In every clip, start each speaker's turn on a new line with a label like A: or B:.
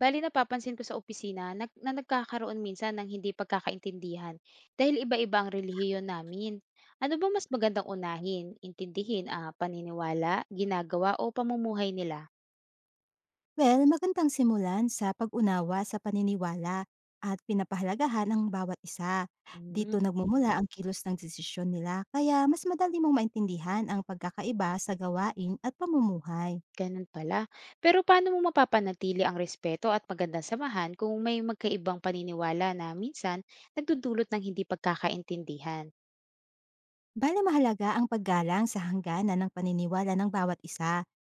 A: Bale napapansin ko sa opisina nagkakaroon minsan ng hindi pagkakaintindihan dahil iba-iba ang relihiyon namin. Ano ba mas magandang unahin, intindihin ang paniniwala, ginagawa o pamumuhay nila?
B: Well, magandang simulan sa pag-unawa sa paniniwala at pinapahalagahan ang bawat isa.
A: Hmm,
B: Dito nagmumula ang kilos ng desisyon nila kaya mas madali mong maintindihan ang pagkakaiba sa gawain at pamumuhay.
A: ganun pala. Pero paano mo mapapanatili ang respeto at magandang samahan kung may magkaibang paniniwala na minsan nagdudulot ng hindi pagkakaintindihan?
B: Bale mahalaga ang paggalang sa hangganan ng paniniwala ng bawat isa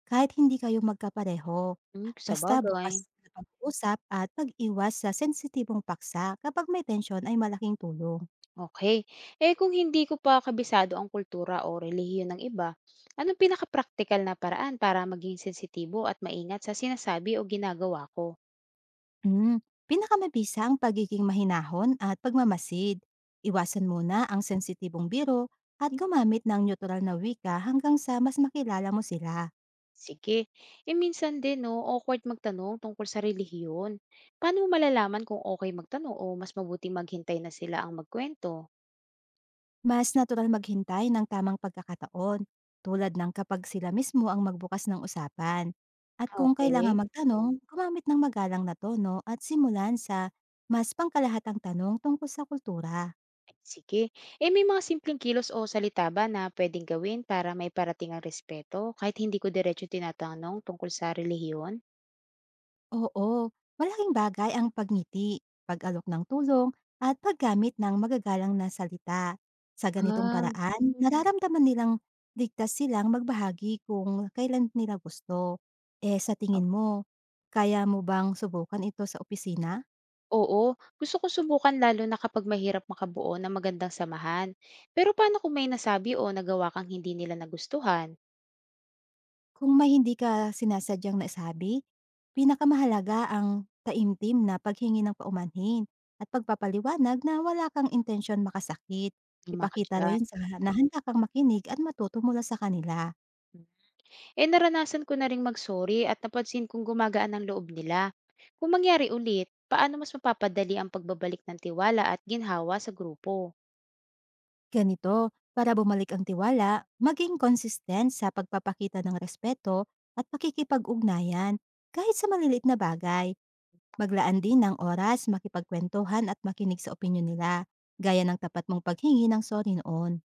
B: kahit hindi kayo magkapareho.
A: Mm, sa
B: Basta
A: sabagay.
B: bukas na pag-uusap at pag-iwas sa sensitibong paksa kapag may tensyon ay malaking tulong.
A: Okay. Kung hindi ko pa kabisado ang kultura o relihiyon ng iba, anong pinaka-praktikal na paraan para maging sensitibo at maingat sa sinasabi o ginagawa ko?
B: Hmm, pinakamabisa ang pagiging mahinahon at pagmamasid. Iwasan muna ang sensitibong biro at gumamit ng neutral na wika hanggang sa mas makilala mo sila.
A: Sige. Eh, minsan din 'no, awkward magtanong tungkol sa relihiyon. Paano mo malalaman kung okay magtanong o mas mabuting maghintay na sila ang magkuwento?
B: Mas natural maghintay ng tamang pagkakataon, tulad ng kapag sila mismo ang magbukas ng usapan. At kung
A: Okay.
B: kailangan magtanong, gumamit ng magalang na tono at simulan sa mas pangkalahatang tanong tungkol sa kultura.
A: Ay, sige. Eh, may mga simpleng kilos o salita ba na puwedeng gawin para may parating ang respeto kahit hindi ko diretso tinatanong tungkol sa relihiyon?
B: Oo, malaking bagay ang pagngiti, pag-alok ng tulong, at paggamit ng magagalang na salita. Sa ganitong
A: Ah.
B: paraan, nararamdaman nilang ligtas silang magbahagi kung kailan nila gusto. Eh sa tingin mo, kaya mo bang subukan ito sa opisina?
A: Oo, gusto ko subukan lalo na kapag mahirap makabuo ng magandang samahan. Pero paano kung may nasabi o nagawa kang hindi nila nagustuhan?
B: Kung may hindi ka sinasadyang naisabi, pinakamahalaga ang taimtim na paghingi ng paumanhin at pagpapaliwanag na wala kang intensyon makasakit.
A: Luma ka
B: Ipakita na
A: dyan.
B: rin sa na handa kang makinig at matuto mula sa kanila.
A: Eh, naranasan ko na rin mag-sorry at napansin kong gumagaan ang loob nila. Kung mangyari ulit, paano mas mapapadali ang pagbabalik ng tiwala at ginhawa sa grupo?
B: Ganito, para bumalik ang tiwala, maging consistent sa pagpapakita ng respeto at pakikipag-ugnayan kahit sa maliliit na bagay. Maglaan din ng oras makipagkwentuhan at makinig sa opinyon nila, gaya ng tapat mong paghingi ng sorry noon.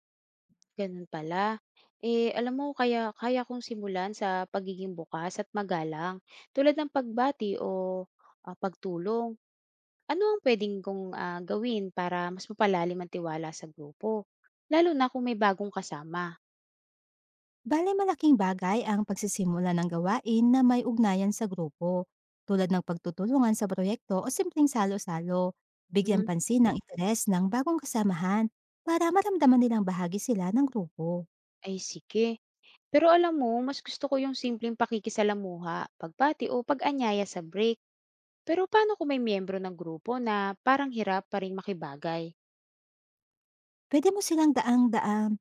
A: Ganun pala. Eh, alam mo, kaya kong simulan sa pagiging bukas at magalang, tulad ng pagbati o pagtulong. Ano ang pwedeng kong gawin para mas mapalalim ang tiwala sa grupo? Lalo na kung may bagong kasama.
B: Bale malaking bagay ang pagsisimula ng gawain na may ugnayan sa grupo, tulad ng pagtutulungan sa proyekto o simpleng salo-salo. Bigyan
A: Hmm,
B: pansin ng interes ng bagong kasamahan para maramdaman nilang bahagi sila ng grupo.
A: ay sige. Pero alam mo, mas gusto ko yung simpleng pakikisalamuha, pagbati o pag-anyaya sa break. Pero paano kung may miyembro ng grupo na parang hirap pa rin makibagay?
B: Pwede mo silang daang-daang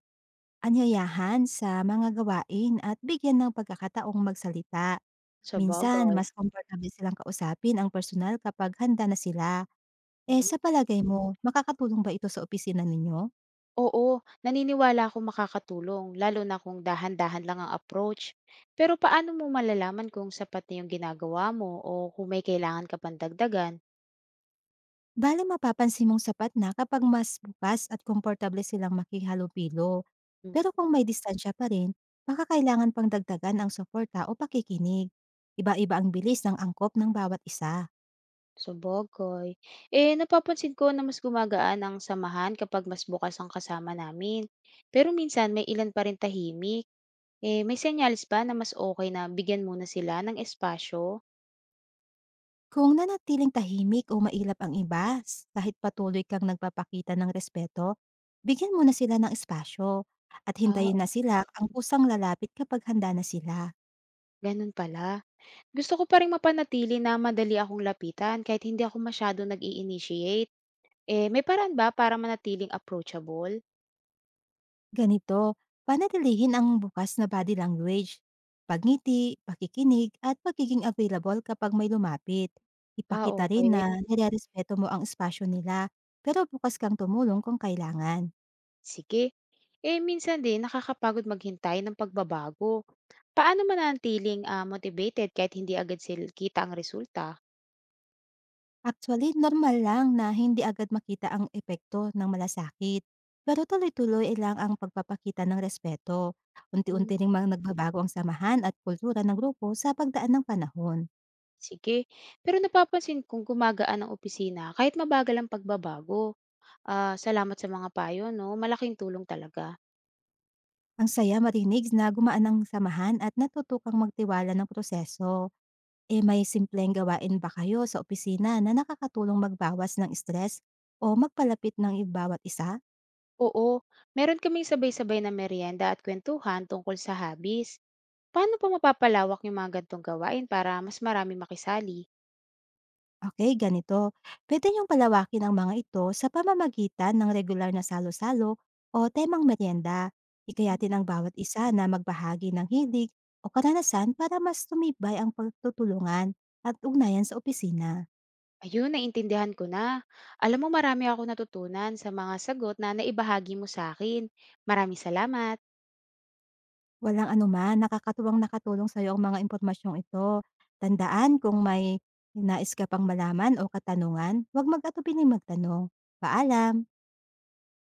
B: anyayahan sa mga gawain at bigyan ng pagkakataong magsalita.
A: Sa
B: Minsan,
A: bagay.
B: mas komportable silang kausapin ang personal kapag handa na sila. Eh, sa palagay mo, makakatulong ba ito sa opisina ninyo?
A: Oo, naniniwala akong makakatulong, lalo na kung dahan-dahan lang ang approach. Pero paano mo malalaman kung sapat na yung ginagawa mo o kung may kailangan ka pang dagdagan?
B: Bale mapapansin mong sapat na kapag mas bukas at komportable silang makihalubilo. Pero
A: Mm,
B: kung may distansya pa rin, baka kailangan pang dagdagan ang suporta o pakikinig. Iba-iba ang bilis ng angkop ng bawat isa.
A: sabagay. Napapansin ko na mas gumagaan ang samahan kapag mas bukas ang kasama namin. Pero minsan may ilan pa rin tahimik. Eh, may senyales ba na mas okay na bigyan muna sila ng espasyo?
B: Kung nanatiling tahimik o mailap ang iba, kahit patuloy kang nagpapakita ng respeto, bigyan mo na sila ng espasyo at
A: Ah,
B: hintayin
A: o-
B: na sila ang kusang lalapit kapag handa na sila.
A: Ganun pala. Gusto ko pa rin mapanatili na madali akong lapitan kahit hindi ako masyado nag-i-initiate. Eh, may paraan ba para manatiling approachable?
B: Ganito, panatilihin ang bukas na body language, pagngiti, pakikinig, at pagiging available kapag may lumapit.
A: Ah,
B: Ipakita rin
A: okay.
B: na nilerespeto mo ang espasyo nila, pero bukas kang tumulong kung kailangan.
A: Sige. Minsan din nakakapagod maghintay ng pagbabago. Paano mananatiling, motivated kahit hindi agad kita ang resulta?
B: Actually, normal lang na hindi agad makita ang epekto ng malasakit. Pero tuloy-tuloy lang ang pagpapakita ng respeto.
A: Hmm,
B: Unti-unti rin mga nagbabago ang samahan at kultura ng grupo sa pagdaan ng panahon.
A: sige. Pero napapansin kong gumagaan ang opisina kahit mabagal ang pagbabago. Ah, salamat sa mga payo 'no, malaking tulong talaga.
B: Ang saya marinig na gumaan ang samahan at natutukang magtiwala ng proseso. E may simpleng gawain ba kayo sa opisina na nakakatulong magbawas ng stress o magpalapit ng bawat isa?
A: Oo, meron kaming sabay-sabay na merienda at kuwentuhan tungkol sa habis. Paano pa mapapalawak yung mga gantong gawain para mas maraming makisali?
B: Okay, ganito. Pwede niyong palawakin ang mga ito sa pamamagitan ng regular na salo-salo o temang merienda. Ikayatin ang bawat isa na magbahagi ng hilig o karanasan para mas tumibay ang pagtutulungan at ugnayan sa opisina.
A: Ayun, naintindihan ko na. Alam mo marami ako natutunan sa mga sagot na naibahagi mo sa akin. Maraming salamat.
B: Walang anuman, nakakatuwang nakatulong sa'yo ang mga impormasyong ito. Tandaan kung may nais ka pang malaman o katanungan, huwag mag-atubili magtanong. Paalam!